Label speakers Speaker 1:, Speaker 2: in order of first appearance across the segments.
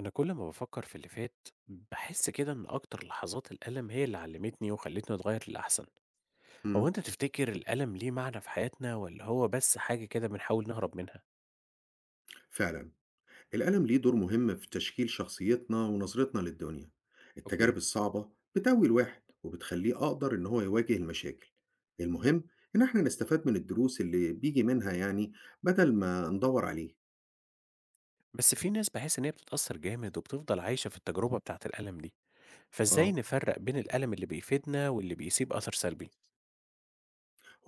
Speaker 1: أنا كل ما بافكر في اللي فات، باحس كده إن أكتر لحظات الألم هي اللي علمتني وخلتني أتغير للأحسن. هو
Speaker 2: امم،
Speaker 1: أنت تفتكر الألم ليه معنى في حياتنا والّا هو بس حاجة كده بنحاول نهرب منها؟
Speaker 2: فعلا. الألم ليه دور مهم في تشكيل شخصيتنا ونظرتنا للدنيا.
Speaker 1: اوكي،
Speaker 2: التجارب الصعبة بتقوي الواحد وبتخليه أقدر إن هو يواجه المشاكل. المهم إن إحنا نستفاد من الدروس اللي بيجي منها يعني، بدل ما ندور عليه.
Speaker 1: بس في ناس باحس إن هي بتتأثر جامد وبتفضل عايشة في التجربة بتاعة الألم دي، فإزاي
Speaker 2: آه.
Speaker 1: نفرق بين الألم اللي بيفيدنا واللي بيسيب أثر سلبي؟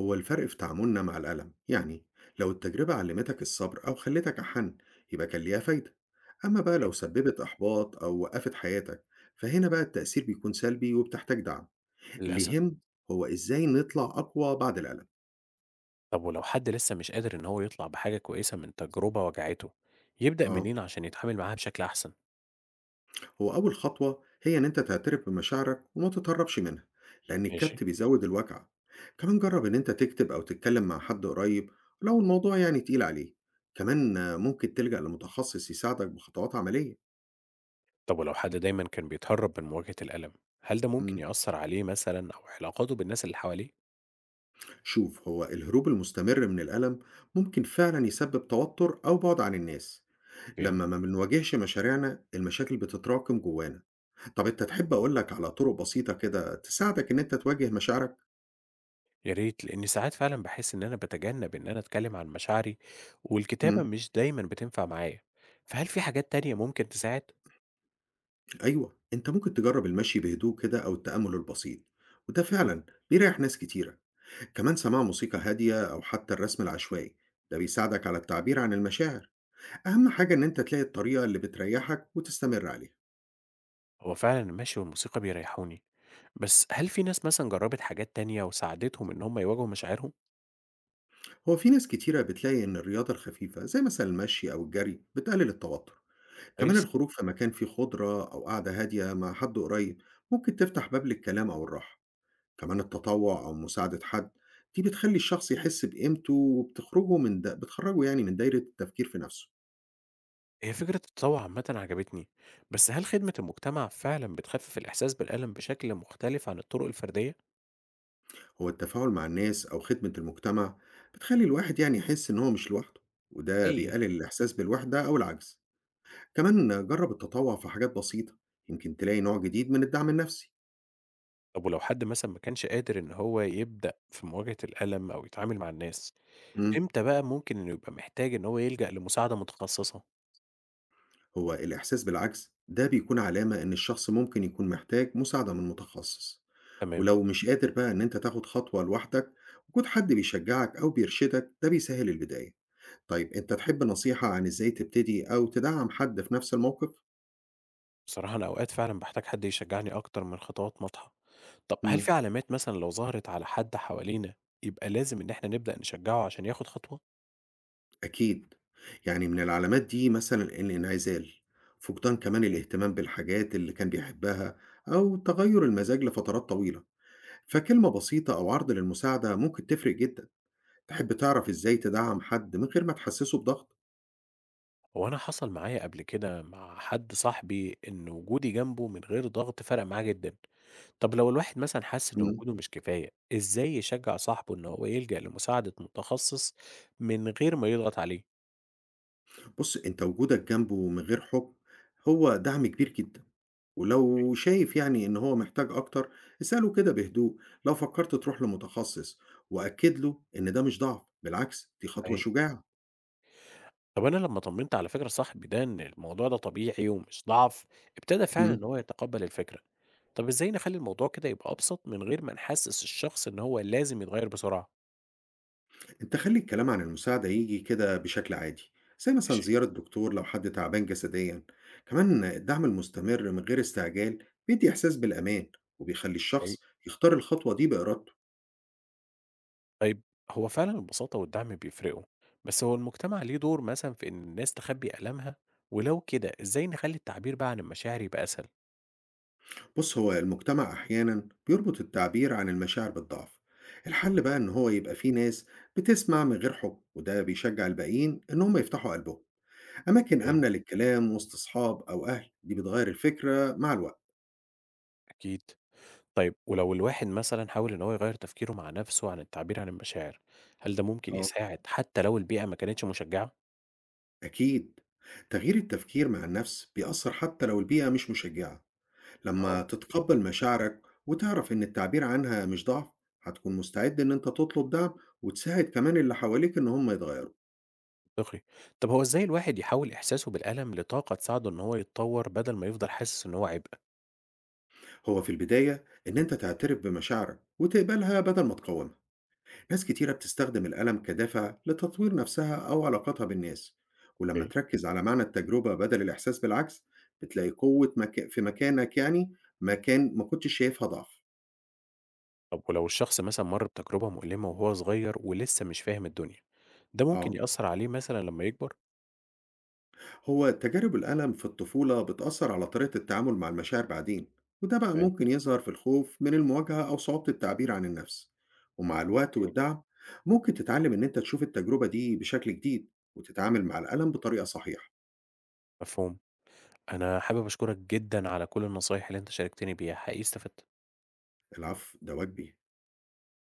Speaker 2: هو الفرق في تعاملنا مع الألم يعني، لو التجربة علمتك الصبر أو خلتك أحن يبقى كان ليها فايدة. أما بقى
Speaker 1: اوكي.
Speaker 2: لو سببت إحباط أو وقفت حياتك فهنا بقى التأثير بيكون سلبي وبتحتاج دعم. اللي
Speaker 1: للأسف.
Speaker 2: يهم هو إزاي نطلع أقوى بعد الألم.
Speaker 1: طب ولو حد لسه مش قادر إن هو يطلع بحاجة كويسة من تجربة وجعته، يبدأ
Speaker 2: آه.
Speaker 1: منين عشان يتعامل معاها بشكل أحسن؟
Speaker 2: هو أول خطوة هي إن أنت تعترف بمشاعرك وما تتهربش منها لأن
Speaker 1: ماشي.
Speaker 2: الكبت بيزود الوجع. كمان جرب إن أنت تكتب أو تتكلم مع حد قريب لو الموضوع يعني تقيل عليه. كمان ممكن تلجأ لمتخصص يساعدك بخطوات عملية.
Speaker 1: طب ولو حد دايما كان بيتهرب من مواجهة الألم، هل ده ممكن
Speaker 2: مم.
Speaker 1: يأثر عليه مثلا أو علاقاته بالناس اللي حواليه؟
Speaker 2: شوف، هو الهروب المستمر من الألم ممكن فعلا يسبب توتر أو بعد عن الناس.
Speaker 1: اوكي.
Speaker 2: لما ما بنواجهش مشاريعنا المشاكل بتتراكم جوانا. طب أنت تحب أقول لك على طرق بسيطة كده تساعدك إن أنت تواجه مشاعرك؟
Speaker 1: يا ريت، لأن ساعات فعلا بحس إن أنا بتجنب إن أنا أتكلم عن مشاعري والكتابة
Speaker 2: إمم،
Speaker 1: مش دايما بتنفع معايا، فهل في حاجات تانية ممكن تساعد؟
Speaker 2: أيوه، أنت ممكن تجرب المشي بهدوء كده أو التأمل البسيط، وده
Speaker 1: اوكي.
Speaker 2: فعلًا بيريح ناس كتيرة. كمان سماع موسيقى هادية أو حتى الرسم العشوائي، ده بيساعدك على التعبير عن المشاعر. أهم حاجة إن أنت تلاقي الطريقة اللي بتريحك وتستمر عليها.
Speaker 1: هو فعلا المشي والموسيقى بيريحوني، بس هل في ناس مثلا جربت حاجات تانية وساعدتهم إن هم يواجهوا مشاعرهم؟
Speaker 2: هو في ناس كتيرة بتلاقي إن الرياضة الخفيفة زي مثلًا المشي أو الجري بتقلل التوتر. كمان
Speaker 1: كويس.
Speaker 2: الخروج في مكان فيه خضرة أو قعدة هادية مع حد قريب ممكن تفتح باب للكلام أو الراحة. كمان التطوع أو مساعدة حد، دي بتخلي الشخص يحس بقيمته وبتخرجه من دا بتخرجه يعني من دايرة التفكير في نفسه.
Speaker 1: هي فكرة التطوع عامة عجبتني، بس هل خدمة المجتمع فعلا بتخفف الإحساس بالألم بشكل مختلف عن الطرق الفردية؟
Speaker 2: هو التفاعل مع الناس أو خدمة المجتمع بتخلي الواحد يعني يحس إن هو مش لوحده، وده
Speaker 1: حقيقي.
Speaker 2: بيقلل الإحساس بالوحدة أو العجز. كمان جرب التطوع في حاجات بسيطة، يمكن تلاقي نوع جديد من الدعم النفسي.
Speaker 1: طب ولو حد مثلًا ما كانش قادر إن هو يبدأ في مواجهة الألم أو يتعامل مع الناس،
Speaker 2: مم.
Speaker 1: إمتى بقى ممكن إنه يبقى محتاج إن هو يلجأ لمساعدة متخصصة؟
Speaker 2: هو الإحساس بالعجز ده بيكون علامة إن الشخص ممكن يكون محتاج مساعدة من متخصص.
Speaker 1: تمام.
Speaker 2: ولو مش قادر بقى إن أنت تاخد خطوة لوحدك، وجود حد بيشجعك أو بيرشدك ده بيسهل البداية. طيب أنت تحب نصيحة عن إزاي تبتدي أو تدعم حد في نفس الموقف؟
Speaker 1: بصراحة أنا أوقات فعلًا باحتاج حد يشجعني أكتر من خطوات واضحة. طب هل
Speaker 2: إمم،
Speaker 1: في علامات مثلًا لو ظهرت على حد حوالينا يبقى لازم إن إحنا نبدأ نشجعه عشان ياخد خطوة؟
Speaker 2: أكيد. يعني من العلامات دي مثلًا الانعزال، فقدان كمان
Speaker 1: أوكي.
Speaker 2: الاهتمام بالحاجات اللي كان بيحبها، أو تغير المزاج لفترات طويلة. فكلمة بسيطة أو عرض للمساعدة ممكن تفرق جدًا. تحب تعرف إزاي تدعم حد من غير ما تحسسه بضغط؟
Speaker 1: هو أنا حصل معايا قبل كده مع حد صاحبي إن وجودي جنبه من غير ضغط فرق معاه جدًا. طب لو الواحد مثلًا حس إن
Speaker 2: إمم.
Speaker 1: وجوده مش كفاية، إزاي يشجّع صاحبه إن هو يلجأ لمساعدة متخصص من غير ما يضغط عليه؟
Speaker 2: بُص، أنت وجودك جنبه من غير حُكم هو دعم كبير جدًا. ولو شايف يعني إن هو محتاج أكتر، اسأله كده بهدوء، لو فكّرت تروح لمتخصص وأكّد له إن ده مش ضعف، بالعكس دي خطوة
Speaker 1: حقيقي.
Speaker 2: شجاعة.
Speaker 1: طب أنا لمّا طمنت على فكرة صاحبي ده إن الموضوع ده طبيعي ومش ضعف، ابتدى فعلًا
Speaker 2: إمم،
Speaker 1: إن هو يتقبّل الفكرة. طب إزاي نخلّي الموضوع كده يبقى أبسط من غير ما نحسّس الشخص إن هو لازم يتغيّر بسرعة؟
Speaker 2: أنت خلّي الكلام عن المساعدة ييجي كده بشكل عادي، زي مثلًا
Speaker 1: ماشي.
Speaker 2: زيارة دكتور لو حد تعبان جسديًا. كمان الدعم المستمر من غير استعجال بيدّي إحساس بالأمان، وبيخلّي
Speaker 1: حقيقي.
Speaker 2: الشخص يختار الخطوة دي بإرادته.
Speaker 1: طيب، هو فعلًا البساطة والدعم بيفرقوا، بس هو المجتمع ليه دور مثلًا في إن الناس تخبّي آلامها؟ ولو كده إزاي نخلّي التعبير بقى عن المشاعر يبقى أسهل؟
Speaker 2: بص، هو المجتمع أحيانا بيربط التعبير عن المشاعر بالضعف. الحل بقى إن هو يبقى فيه ناس بتسمع من غير حكم، وده بيشجع الباقيين إن هم يفتحوا قلبهم. أماكن
Speaker 1: أوكي،
Speaker 2: آمنة للكلام وسط أصحاب أو أهل دي بتغير الفكرة مع الوقت.
Speaker 1: أكيد. طيب ولو الواحد مثلًا حاول إن هو يغيّر تفكيره مع نفسه عن التعبير عن المشاعر، هل ده ممكن
Speaker 2: آه،
Speaker 1: يساعد حتى لو البيئة ما كانتش مشجعة؟
Speaker 2: أكيد. تغيير التفكير مع النفس بيأثر حتى لو البيئة مش مشجعة.
Speaker 1: آه.
Speaker 2: لما تتقبل مشاعرك وتعرف إن التعبير عنها مش ضعف، هتكون مستعد إن أنت تطلب دعم، وتساعد كمان اللي حواليك إن هم يتغيروا.
Speaker 1: منطقي. طب هو إزاي الواحد يحوّل إحساسه بالألم لطاقة تساعده إن هو يتطور بدل ما يفضل حاسس إن هو عبء؟
Speaker 2: هو في البداية إن أنت تعترف بمشاعرك وتقبلها بدل ما تقاومها. ناس كتيرة بتستخدم الألم كدافع لتطوير نفسها أو علاقاتها بالناس. ولما
Speaker 1: أوكي.
Speaker 2: تركز على معنى التجربة بدل الإحساس بالعكس بتلاقي قوة في مكانك، يعني مكان ما كنتش شايفها ضعف.
Speaker 1: طب ولو الشخص مثلًا مَر بتجربة مؤلمة وهو صغير ولسه مش فاهم الدنيا، ده ممكن
Speaker 2: آه.
Speaker 1: يأثّر عليه مثلًا لمّا يكبر؟
Speaker 2: هو تجارب الألم في الطفولة بتأثر على طريقة التعامل مع المشاعر بعدين، وده بقى
Speaker 1: تمام.
Speaker 2: ممكن يظهر في الخوف من المواجهة أو صعوبة التعبير عن النفس. ومع الوقت
Speaker 1: إمم.
Speaker 2: والدعم ممكن تتعلم إن أنت تشوف التجربة دي بشكل جديد، وتتعامل مع الألم بطريقة صحيحة.
Speaker 1: مفهوم. أنا حابب أشكرك جدًا على كل النصايح اللي أنت شاركتني بيها، حقيقي استفدت.
Speaker 2: العفو، ده واجبي.